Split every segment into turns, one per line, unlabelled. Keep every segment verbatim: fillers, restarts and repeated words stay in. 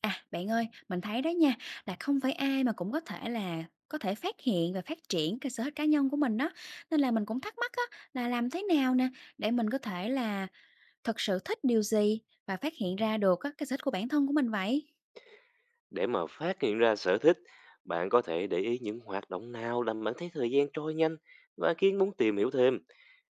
À, bạn ơi, mình thấy đó nha, là không phải ai mà cũng có thể là có thể phát hiện và phát triển cái sở thích cá nhân của mình đó. Nên là mình cũng thắc mắc á, là làm thế nào nè để mình có thể là thật sự thích điều gì và phát hiện ra được á, cái sở thích của bản thân của mình vậy?
Để mà phát hiện ra sở thích, bạn có thể để ý những hoạt động nào làm bạn thấy thời gian trôi nhanh và khiến muốn tìm hiểu thêm.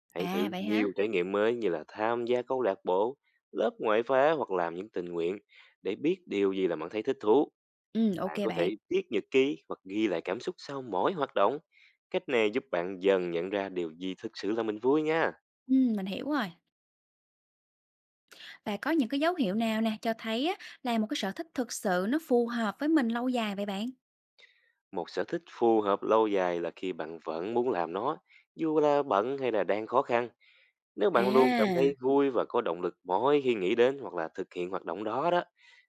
Hãy thử
À, vậy hả?
nhiều trải nghiệm mới như là tham gia câu lạc bộ, lớp ngoại khóa hoặc làm những tình nguyện để biết điều gì là bạn thấy thích thú.
Ừ, ok
Bạn có thể
bạn.
viết nhật ký hoặc ghi lại cảm xúc sau mỗi hoạt động. Cách này giúp bạn dần nhận ra điều gì thực sự là mình vui nha.
Ừ, mình hiểu rồi. Và có những cái dấu hiệu nào nè cho thấy á, là một cái sở thích thực sự nó phù hợp với mình lâu dài vậy bạn?
Một sở thích phù hợp lâu dài là khi bạn vẫn muốn làm nó, dù là bận hay là đang khó khăn. Nếu bạn luôn cảm
À.
thấy vui và có động lực mỗi khi nghĩ đến hoặc là thực hiện hoạt động đó đó,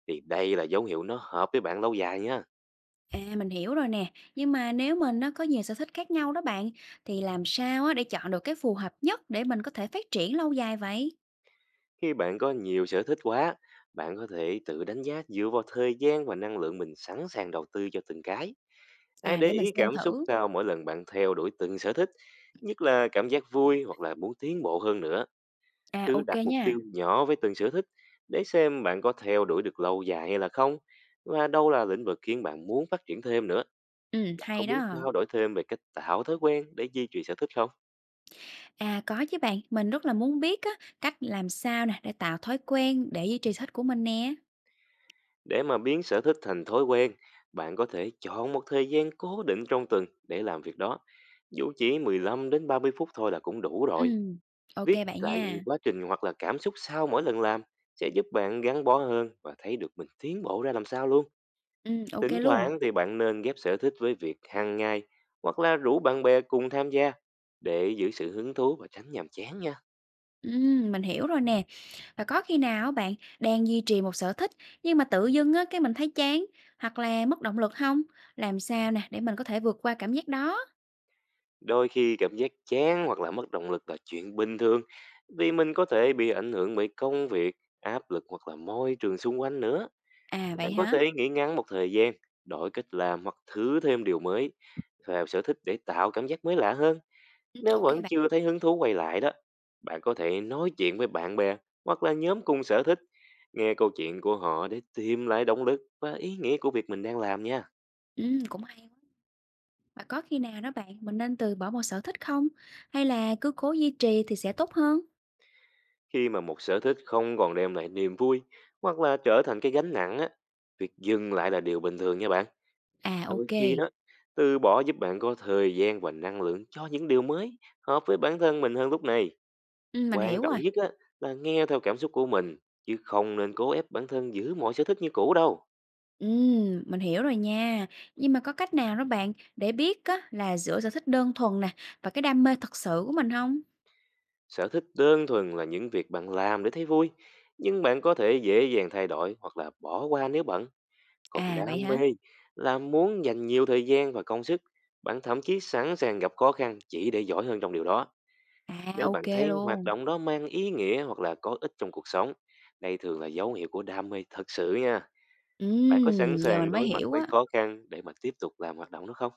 thì đây là dấu hiệu nó hợp với bạn lâu dài nha.
À, mình hiểu rồi nè, nhưng mà nếu mình nó có nhiều sở thích khác nhau đó bạn, thì làm sao á để chọn được cái phù hợp nhất để mình có thể phát triển lâu dài vậy?
Khi bạn có nhiều sở thích quá, bạn có thể tự đánh giá dựa vào thời gian và năng lượng mình sẵn sàng đầu tư cho từng cái. Hãy
À,
để
để mình
ý
xem
cảm xúc
thử.
cao mỗi lần bạn theo đuổi từng sở thích, nhất là cảm giác vui hoặc là muốn tiến bộ hơn nữa.
À,
Thứ
ok
đặt mục
nha.
tiêu nhỏ với từng sở thích để xem bạn có theo đuổi được lâu dài hay là không, và đâu là lĩnh vực khiến bạn muốn phát triển thêm nữa.
Ừ,
Bạn có
hay
muốn
đó.
trao đổi thêm về cách tạo thói quen để duy trì sở thích không?
À, có chứ bạn, mình rất là muốn biết á, cách làm sao nè để tạo thói quen để duy trì sở thích của mình nè.
Để mà biến sở thích thành thói quen, bạn có thể chọn một thời gian cố định trong tuần để làm việc đó. Dù chỉ mười lăm đến ba mươi phút thôi là cũng đủ
Ừ,
rồi.
ok
Viết
bạn
lại
nha.
quá trình hoặc là cảm xúc sau mỗi lần làm sẽ giúp bạn gắn bó hơn và thấy được mình tiến bộ ra làm sao luôn.
Ừ, ok
Thỉnh
luôn.
thoảng thì bạn nên ghép sở thích với việc hàng ngày hoặc là rủ bạn bè cùng tham gia để giữ sự hứng thú và tránh nhàm chán nha.
Ừ, mình hiểu rồi nè. Và có khi nào bạn đang duy trì một sở thích nhưng mà tự dưng á cái mình thấy chán hoặc là mất động lực không? Làm sao nè để mình có thể vượt qua cảm giác đó?
Đôi khi cảm giác chán hoặc là mất động lực là chuyện bình thường, vì mình có thể bị ảnh hưởng bởi công việc, áp lực hoặc là môi trường xung quanh nữa.
À vậy
Bạn có
hả?
thể nghỉ ngắn một thời gian, đổi cách làm hoặc thử thêm điều mới vào sở thích để tạo cảm giác mới lạ hơn.
Ừ,
Nếu
ok
vẫn
bạn.
chưa thấy hứng thú quay lại đó, bạn có thể nói chuyện với bạn bè hoặc là nhóm cùng sở thích, nghe câu chuyện của họ để tìm lại động lực và ý nghĩa của việc mình đang làm nha.
Ừ, cũng hay quá. Và có khi nào đó bạn mình nên từ bỏ một sở thích không? Hay là cứ cố duy trì thì sẽ tốt hơn?
Khi mà một sở thích không còn đem lại niềm vui hoặc là trở thành cái gánh nặng á, việc dừng lại là điều bình thường nha bạn.
À
Đôi
ok.
khi đó, từ bỏ giúp bạn có thời gian và năng lượng cho những điều mới hợp với bản thân mình hơn lúc này.
Ừ, mình
Quan
hiểu
trọng
rồi.
nhất á, là nghe theo cảm xúc của mình, chứ không nên cố ép bản thân giữ mọi sở thích như cũ đâu.
Ừ, mình hiểu rồi nha. Nhưng mà có cách nào đó bạn để biết á, là giữa sở thích đơn thuần nè và cái đam mê thật sự của mình không?
Sở thích đơn thuần là những việc bạn làm để thấy vui, nhưng bạn có thể dễ dàng thay đổi hoặc là bỏ qua nếu bận. Còn
À vậy
đam mê
hả?
là muốn dành nhiều thời gian và công sức, bạn thậm chí sẵn sàng gặp khó khăn chỉ để giỏi hơn trong điều đó.
À
Nếu bạn
ok
thấy hoạt
luôn.
động đó mang ý nghĩa hoặc là có ích trong cuộc sống, đây thường là dấu hiệu của đam mê thật sự nha. Bạn có sẵn
Ừm, giờ
sàng
mình mới
đối mặt
hiểu
với
á.
khó khăn để mà tiếp tục làm hoạt động đó không?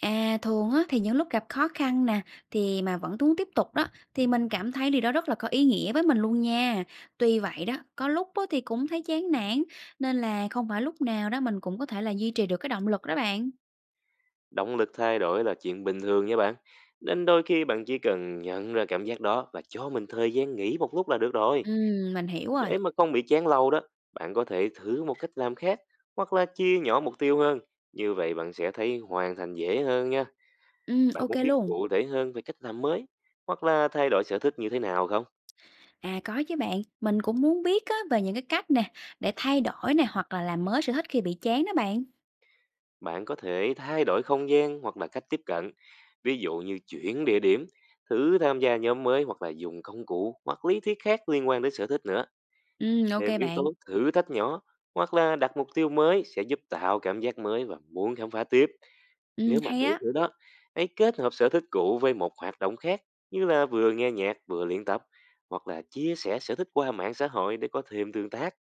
À, thường á thì những lúc gặp khó khăn nè, thì mà vẫn muốn tiếp tục đó, thì mình cảm thấy điều đó rất là có ý nghĩa với mình luôn nha. Tuy vậy đó, có lúc á thì cũng thấy chán nản, nên là không phải lúc nào đó mình cũng có thể là duy trì được cái động lực đó bạn.
Động lực thay đổi là chuyện bình thường nha bạn. Nên đôi khi bạn chỉ cần nhận ra cảm giác đó và cho mình thời gian nghỉ một lúc là được rồi.
Ừm, mình hiểu rồi.
Để mà không bị chán lâu đó, bạn có thể thử một cách làm khác hoặc là chia nhỏ mục tiêu hơn. Như vậy bạn sẽ thấy hoàn thành dễ hơn nha.
Ừ,
Bạn
OK
muốn biết
luôn.
cụ thể hơn về cách làm mới hoặc là thay đổi sở thích như thế nào không?
À, có chứ bạn, mình cũng muốn biết á về những cái cách nè, để thay đổi nè, hoặc là làm mới sở thích khi bị chán đó bạn.
Bạn có thể thay đổi không gian hoặc là cách tiếp cận. Ví dụ như chuyển địa điểm, thử tham gia nhóm mới hoặc là dùng công cụ hoặc lý thuyết khác liên quan đến sở thích nữa.
Ừ, OK
Thêm yếu
bạn.
tố thử thách nhỏ hoặc là đặt mục tiêu mới sẽ giúp tạo cảm giác mới và muốn khám phá tiếp.
Ừ,
Nếu mà
hay
được
á.
nữa đó, hãy kết hợp sở thích cũ với một hoạt động khác, như là vừa nghe nhạc vừa luyện tập hoặc là chia sẻ sở thích qua mạng xã hội để có thêm tương tác.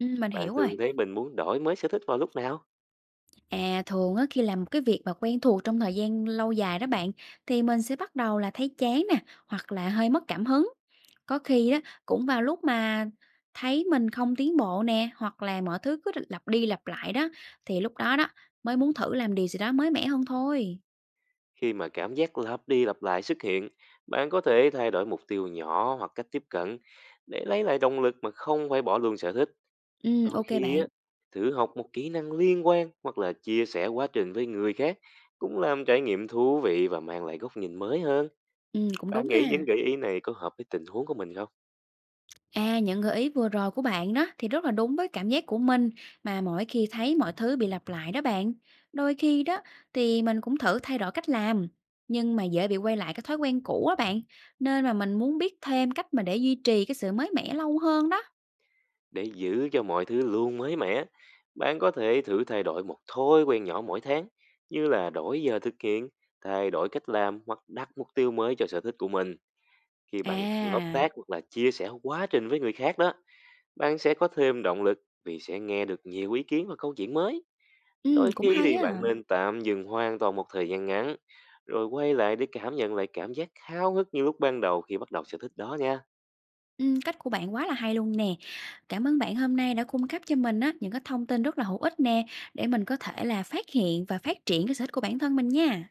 Ừ, mình
Bạn
hiểu rồi.
thường thấy mình muốn đổi mới sở thích vào lúc nào?
À, thường á, khi làm một cái việc mà quen thuộc trong thời gian lâu dài đó bạn, thì mình sẽ bắt đầu là thấy chán nè, hoặc là hơi mất cảm hứng. Có khi đó cũng vào lúc mà thấy mình không tiến bộ nè, hoặc là mọi thứ cứ lặp đi lặp lại đó, thì lúc đó đó mới muốn thử làm điều gì đó mới mẻ hơn thôi.
Khi mà cảm giác lặp đi lặp lại xuất hiện, bạn có thể thay đổi mục tiêu nhỏ hoặc cách tiếp cận để lấy lại động lực mà không phải bỏ luôn sở thích.
Ừ,
Đôi
ok
khi
bạn.
á, thử học một kỹ năng liên quan hoặc là chia sẻ quá trình với người khác cũng làm trải nghiệm thú vị và mang lại góc nhìn mới hơn.
Ừ, cũng
Bạn
đúng
nghĩ những
ha.
gợi ý này có hợp với tình huống của mình không?
À, những gợi ý vừa rồi của bạn đó thì rất là đúng với cảm giác của mình mà mỗi khi thấy mọi thứ bị lặp lại đó bạn. Đôi khi đó thì mình cũng thử thay đổi cách làm nhưng mà dễ bị quay lại cái thói quen cũ á bạn. Nên mà mình muốn biết thêm cách mà để duy trì cái sự mới mẻ lâu hơn đó.
Để giữ cho mọi thứ luôn mới mẻ, bạn có thể thử thay đổi một thói quen nhỏ mỗi tháng, như là đổi giờ thực hiện, thay đổi cách làm hoặc đặt mục tiêu mới cho sở thích của mình. Khi bạn hợp tác
À,
hoặc là chia sẻ quá trình với người khác đó, bạn sẽ có thêm động lực vì sẽ nghe được nhiều ý kiến và câu chuyện mới.
ừ,
Đôi
cũng
khi
hay
thì
á.
bạn nên tạm dừng hoàn toàn một thời gian ngắn, rồi quay lại để cảm nhận lại cảm giác háo hức như lúc ban đầu khi bắt đầu sở thích đó nha.
Ừ, cách của bạn quá là hay luôn nè. Cảm ơn bạn hôm nay đã cung cấp cho mình á những cái thông tin rất là hữu ích nè để mình có thể là phát hiện và phát triển cái sở thích của bản thân mình nha.